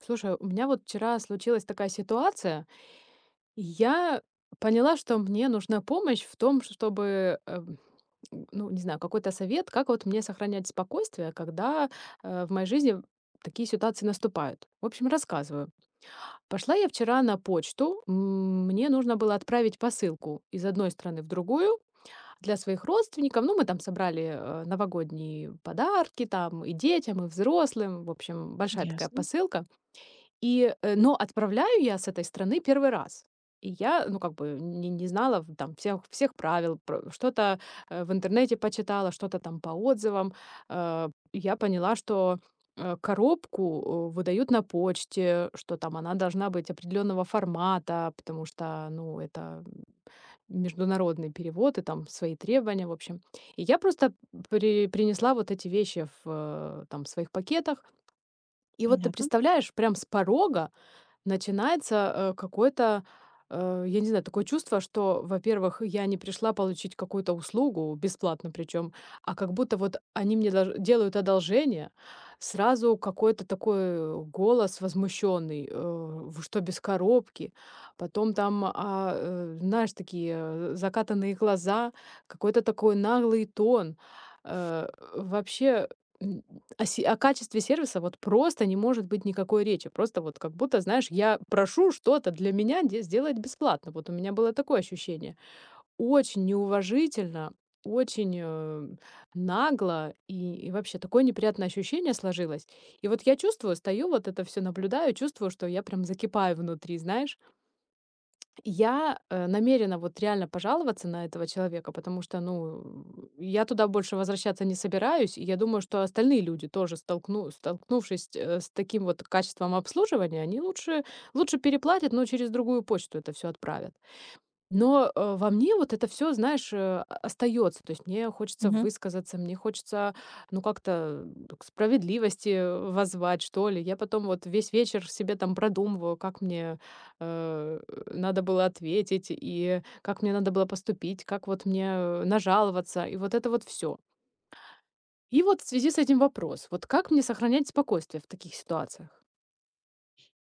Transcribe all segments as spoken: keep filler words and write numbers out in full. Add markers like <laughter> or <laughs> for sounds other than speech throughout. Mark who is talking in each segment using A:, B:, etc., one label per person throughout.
A: Слушай, у меня вот вчера случилась такая ситуация, и я поняла, что мне нужна помощь в том, чтобы, э, м, ну, не знаю, какой-то совет, как вот мне сохранять спокойствие, когда э, в моей жизни такие ситуации наступают. В общем, рассказываю. Пошла я вчера на почту, м, мне нужно было отправить посылку из одной страны в другую для своих родственников. Ну, мы там собрали э, новогодние подарки, там и детям, и взрослым. В общем, большая такая
B: Ясно,
A: посылка. И, э, но отправляю я с этой страны первый раз. И я, ну, как бы не не знала в там всех всех правил, про что-то, э, в интернете почитала, что-то там по отзывам. Э, я поняла, что, э, коробку, э, выдают на почте, что там она должна быть определенного формата, потому что, ну, это международный перевод, и там свои требования, в общем. И я просто при принесла вот эти вещи в, э, там своих пакетах. И вот ты
B: понятно.
A: представляешь, прям с порога начинается э, какое-то, э, я не знаю, такое чувство, что, во-первых, я не пришла получить какую-то услугу, бесплатно причем, а как будто вот они мне долж- делают одолжение, сразу какой-то такой голос возмущенный, что без коробки, потом там, а, э, знаешь, такие э, закатанные глаза, какой-то такой наглый тон. Э, Вообще, м, о се о качестве сервиса вот просто не может быть никакой речи. Просто вот как будто, знаешь, я прошу что-то для меня де сделать бесплатно. Вот у меня было такое ощущение. Очень неуважительно, очень, э, нагло и и вообще такое неприятное ощущение сложилось. И вот я чувствую, стою, вот это все наблюдаю, чувствую, что я прям закипаю внутри, знаешь. Я, э, намерена вот реально пожаловаться на этого человека, потому что, ну, э, я туда больше возвращаться не собираюсь, и я думаю, что остальные люди тоже столкну столкнувшись, э, с таким вот качеством обслуживания, они лучше лучше переплатят, но через другую почту это все отправят. Но, э, во мне вот это все, знаешь, э, о остаётся. То есть мне хочется
B: Мгм.
A: высказаться, мне хочется, ну, как-то, э, к справедливости, э, воззвать, что ли. Я потом вот весь вечер себе там продумываю, как мне, э, надо было ответить и как мне надо было поступить, как вот мне, э, нажаловаться, и вот это вот все. И вот в связи с этим вопрос: вот как мне сохранять спокойствие в таких ситуациях?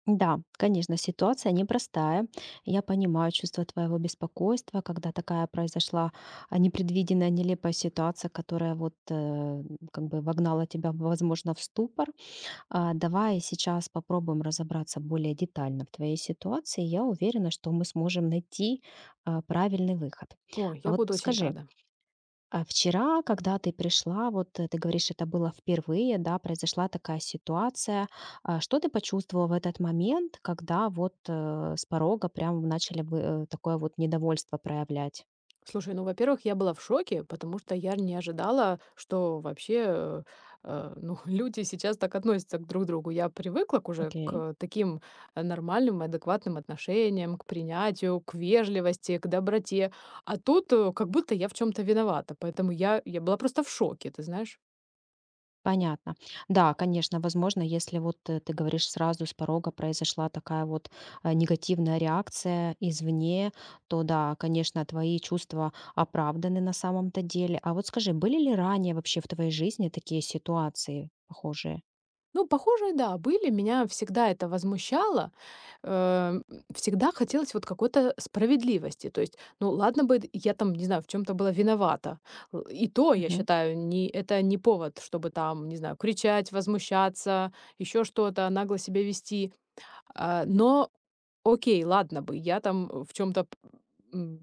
B: Да, конечно, ситуация непростая. Я понимаю чувство твоего беспокойства, когда такая произошла а, непредвиденная, нелепая ситуация, которая вот э, как бы вогнала тебя, возможно, в ступор. А, Давай сейчас попробуем разобраться более детально в твоей ситуации. Я уверена, что мы сможем найти а, правильный выход.
A: Ой,
B: А
A: я
B: вот
A: буду очень
B: подскажи,
A: рада.
B: а вчера, когда ты пришла, вот э, ты говоришь, это было впервые, да, произошла такая ситуация. А что ты почувствовала в этот момент, когда вот э, с порога прям начали бы э, такое вот недовольство проявлять?
A: Слушай, ну, во-первых, я была в шоке, потому что я не ожидала, что вообще, э, э, ну, <laughs> люди сейчас так относятся к друг другу. Я привыкла к уже
B: Окей.
A: к таким э, нормальным и адекватным отношениям, к принятию, к вежливости, к доброте. А тут э, как будто я в чем-то виновата. Поэтому я, я была просто в шоке, ты знаешь.
B: Понятно. Да, конечно, возможно, если вот э, ты говоришь, сразу с порога произошла такая вот э, негативная реакция извне, то да, конечно, твои чувства оправданы на самом-то деле. А вот скажи, были ли ранее вообще в твоей жизни такие ситуации похожие?
A: Ну, похожие, да, были. Меня всегда это возмущало. э, Всегда хотелось вот какой-то справедливости. То есть, ну ладно бы я там, не знаю, в чем то была виновата. Л И то, я
B: Мгм.
A: считаю, не это не повод, чтобы там, не знаю, кричать, возмущаться, еще что-то, нагло себя вести. А, но окей, ладно бы, я там, э, в чем то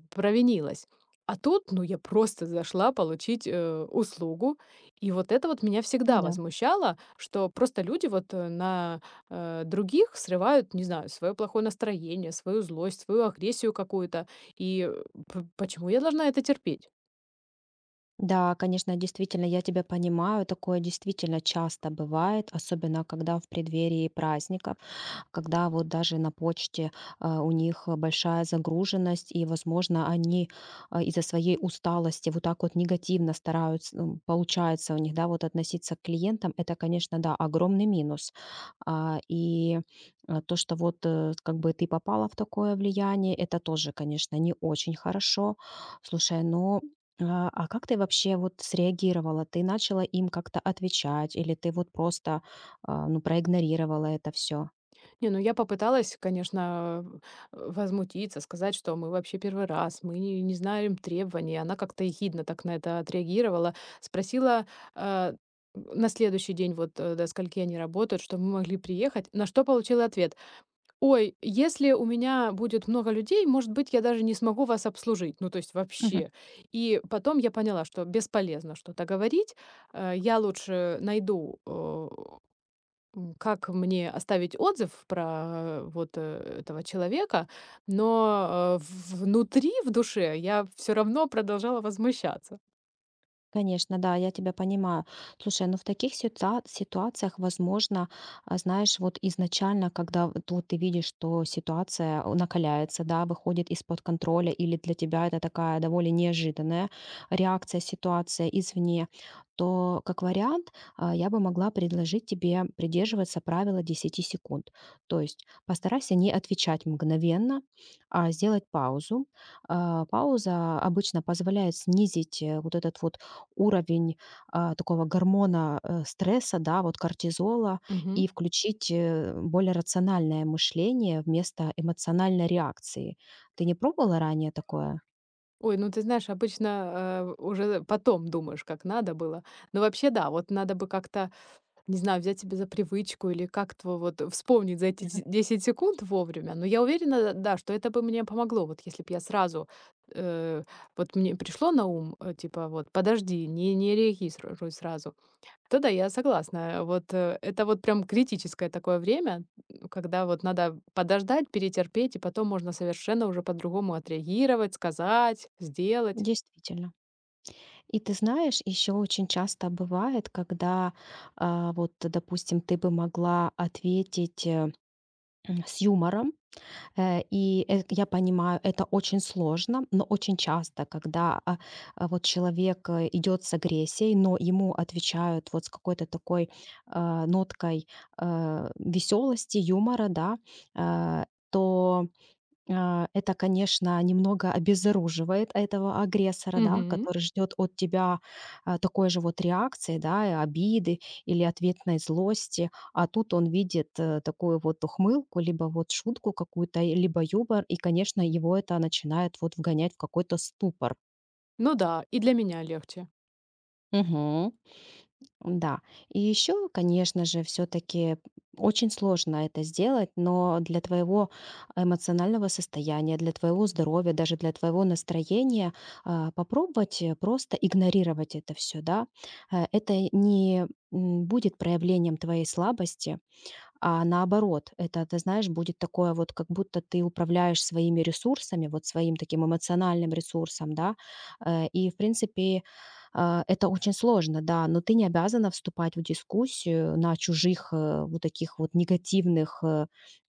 A: провинилась. А тут, ну, я просто зашла получить, э, услугу. И вот это вот меня
B: Ну
A: всегда
B: да.
A: возмущало, что просто люди вот, э, на, э, других срывают, не знаю, свое плохое настроение, свою злость, свою агрессию какую-то. И, э, п Почему я должна это терпеть?
B: Да, конечно, действительно, я тебя понимаю. Такое действительно часто бывает, особенно когда в преддверии праздников, когда вот даже на почте, а, у них, э, большая загруженность, и, возможно, они, а, из-за своей усталости вот так вот негативно стараются, ну, получается у них, да, вот относиться к клиентам. Это, конечно, да, огромный минус. А, и, а, то, что вот, э, как бы ты попала в такое влияние, это тоже, конечно, не очень хорошо. Слушай, но а, а как ты вообще вот среагировала? Ты начала им как-то отвечать или ты вот просто, а, ну, проигнорировала это все?
A: Не, ну я попыталась, конечно, э, возмутиться, сказать, что мы вообще первый раз, мы не, не знаем требований. Она как-то ехидно так на это отреагировала. Спросила э, на следующий день, вот э, до скольки они работают, чтобы мы могли приехать, на что получила ответ. Ой, если у меня будет много людей, может быть, я даже не смогу вас обслужить. Ну, то есть вообще. И потом я поняла, что бесполезно что-то говорить. Э, я лучше найду э, м, как мне оставить отзыв про э, вот, э, этого человека, но, э, в внутри, в душе я все равно продолжала возмущаться.
B: Конечно, да, я тебя понимаю. Слушай, ну в таких ситуа- ситуациях, возможно, а, знаешь, вот изначально, когда вот вот ты видишь, что ситуация э, накаляется, да, выходит из-под контроля, или для тебя это такая довольно неожиданная реакция, ситуация извне, то как вариант а, я бы могла предложить тебе придерживаться правила десяти секунд. То есть постарайся не отвечать мгновенно, а сделать паузу. А, пауза обычно позволяет снизить э, вот этот вот уровень, а, такого гормона, э, стресса, да, вот кортизола,
A: Мгм.
B: и включить, э, более рациональное мышление вместо эмоциональной реакции. Ты не пробовала ранее такое?
A: Ой, ну ты знаешь, обычно, э, уже потом думаешь, как надо было. Но вообще, да, вот надо бы как-то, не знаю, взять себе за привычку или как-то вот вспомнить за эти
B: Мгм.
A: дес десять секунд вовремя. Но я уверена, да, что это бы мне помогло. Вот если бы я сразу, э, вот мне пришло на ум, э, типа вот: "Подожди, не не реагируй сразу". Да-да, я согласна. Вот, э, это вот прям критическое такое время, м, когда вот надо подождать, перетерпеть, и потом можно совершенно уже по-другому отреагировать, сказать, сделать.
B: Действительно. И ты знаешь, еще очень часто бывает, когда, а, вот, допустим, ты бы могла ответить, э, м, с юмором. Э, И э, я понимаю, это очень сложно, но очень часто, когда а, а, вот человек э, идет с агрессией, но ему отвечают вот с какой-то такой а, ноткой э, веселости, юмора, да, а, то а, это, конечно, немного обезоруживает этого агрессора, да,
A: Мгм.
B: который ждет от тебя, а, такой же вот реакции, да, и обиды или ответной злости. А тут он видит, э, такую вот ухмылку, либо вот шутку какую-то, и либо юмор, и, конечно, его это начинает вот вгонять в какой-то ступор.
A: Ну да, и для меня легче.
B: Мгм. Да. И еще, конечно же, все-таки очень сложно это сделать, но для твоего эмоционального состояния, для твоего здоровья, даже для твоего настроения а, попробовать э, просто игнорировать это все, да. Э, Это не м, будет проявлением твоей слабости, а наоборот, это, ты знаешь, будет такое вот, как будто ты управляешь своими ресурсами, вот своим таким эмоциональным ресурсом, да. Э, и, в принципе, а, это очень сложно, да, но ты не обязана вступать в дискуссию на чужих, э, вот таких вот негативных, э,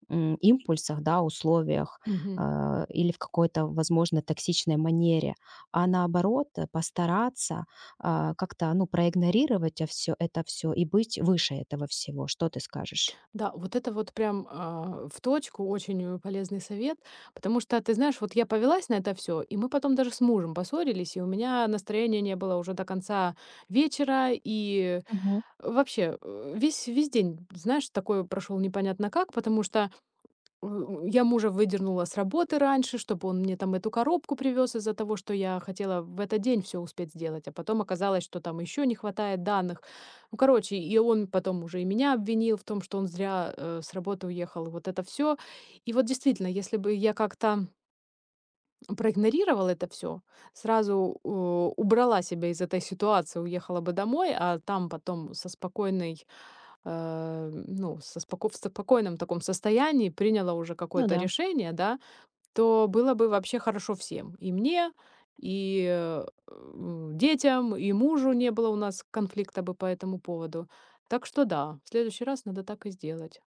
B: м, импульсах, да, условиях,
A: Мгм.
B: а, или в какой-то, возможно, токсичной манере, а наоборот, э, постараться, а, как-то, ну, проигнорировать, все это все и быть выше этого всего. Что ты скажешь?
A: Да, вот это вот прям, а, в точку очень, э, полезный совет, потому что, ты знаешь, вот я повелась на это все, и мы потом даже с мужем поссорились, и у меня настроения не было уже до конца вечера, и
B: Мгм.
A: вообще, э, весь весь день, знаешь, такой прошел непонятно как, потому что, э, я мужа выдернула с работы раньше, чтобы он мне там эту коробку привез из-за того, что я хотела в этот день все успеть сделать, а потом оказалось, что там еще не хватает данных. Ну, короче, и он потом уже и меня обвинил в том, что он зря, э, с работы уехал, и вот это все. И вот действительно, если бы я как-то проигнорировала это все сразу, э, убрала себя из этой ситуации, уехала бы домой, а там потом со спокойной э, ну, со споко в спокойном таком состоянии приняла уже
B: Ну
A: какое-то
B: да.
A: решение, да, то было бы вообще хорошо всем. И мне, и, э, м, детям, и мужу не было у нас конфликта бы по этому поводу. Так что да, в следующий раз надо так и сделать.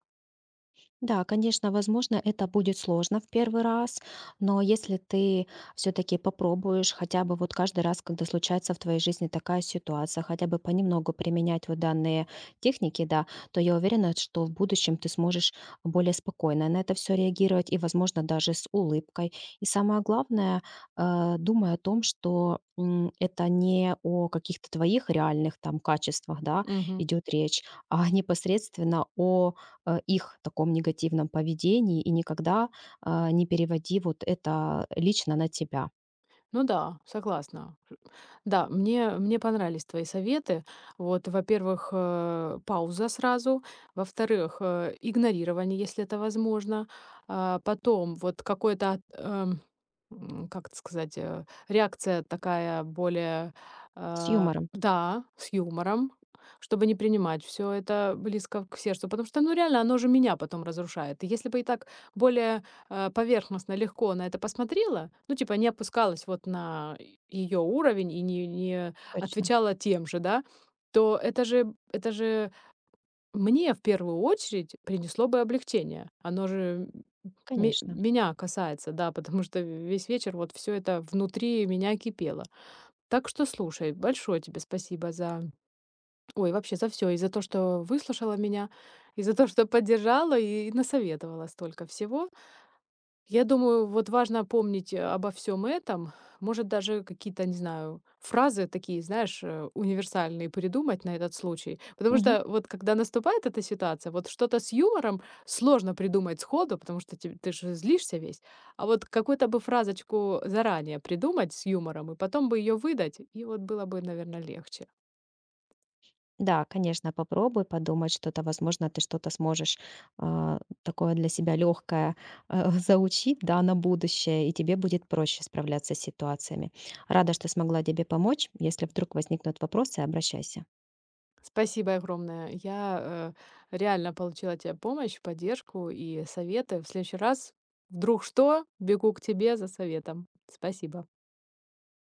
B: Да, конечно, возможно, это будет сложно в первый раз, но если ты все-таки попробуешь хотя бы вот каждый раз, когда случается в твоей жизни такая ситуация, хотя бы понемногу применять вот данные техники, да, то я уверена, что в будущем ты сможешь более спокойно на это все реагировать и, возможно, даже с улыбкой. И самое главное, э, думай о том, что м, это не о каких-то твоих реальных там качествах, да,
A: Мгм.
B: идет речь, а непосредственно о э, их таком негативном поведении, и никогда а, не переводи вот это лично на тебя.
A: Ну да, согласна. Ш- Да, мне, мне понравились твои советы. Вот, во-первых, э, пауза сразу, во-вторых, э, игнорирование, если это возможно. А, потом вот какое-то, от- эм, м, как это сказать, э, реакция такая более,
B: С
A: э,
B: юмором,
A: да, с юмором, чтобы не принимать все это близко к сердцу, потому что, ну, реально, оно же меня потом разрушает. И если бы и так более э, поверхностно, легко на это посмотрела, ну, типа не опускалась вот на ее уровень и не, не
B: точно,
A: отвечала тем же, да, то это же, это же мне в первую очередь принесло бы облегчение. Оно же ме-
B: конечно.
A: меня касается, да, потому что весь вечер вот все это внутри меня кипело. Так что слушай, большое тебе спасибо за, ой, вообще за все, и за то, что выслушала меня, и за то, что поддержала и насоветовала столько всего. Я думаю, вот важно помнить, э, обо всем этом. Может, даже какие-то, не знаю, фразы такие, знаешь, э, универсальные придумать на этот случай. Потому
B: Мгм.
A: что вот когда наступает эта ситуация, вот что-то с юмором сложно придумать сходу, потому что те ты же злишься весь. А вот какую-то бы фразочку заранее придумать с юмором и потом бы ее выдать, и вот было бы, наверное, легче.
B: Да, конечно, попробуй подумать что-то, возможно, ты что-то сможешь а, такое для себя легкое <laughs> заучить, да, на будущее, и тебе будет проще справляться с ситуациями. Рада, что смогла тебе помочь. Если вдруг возникнут вопросы, обращайся.
A: Спасибо огромное. Я, э, реально получила от тебя помощь, поддержку и советы. В следующий раз вдруг что, бегу к тебе за советом. Спасибо.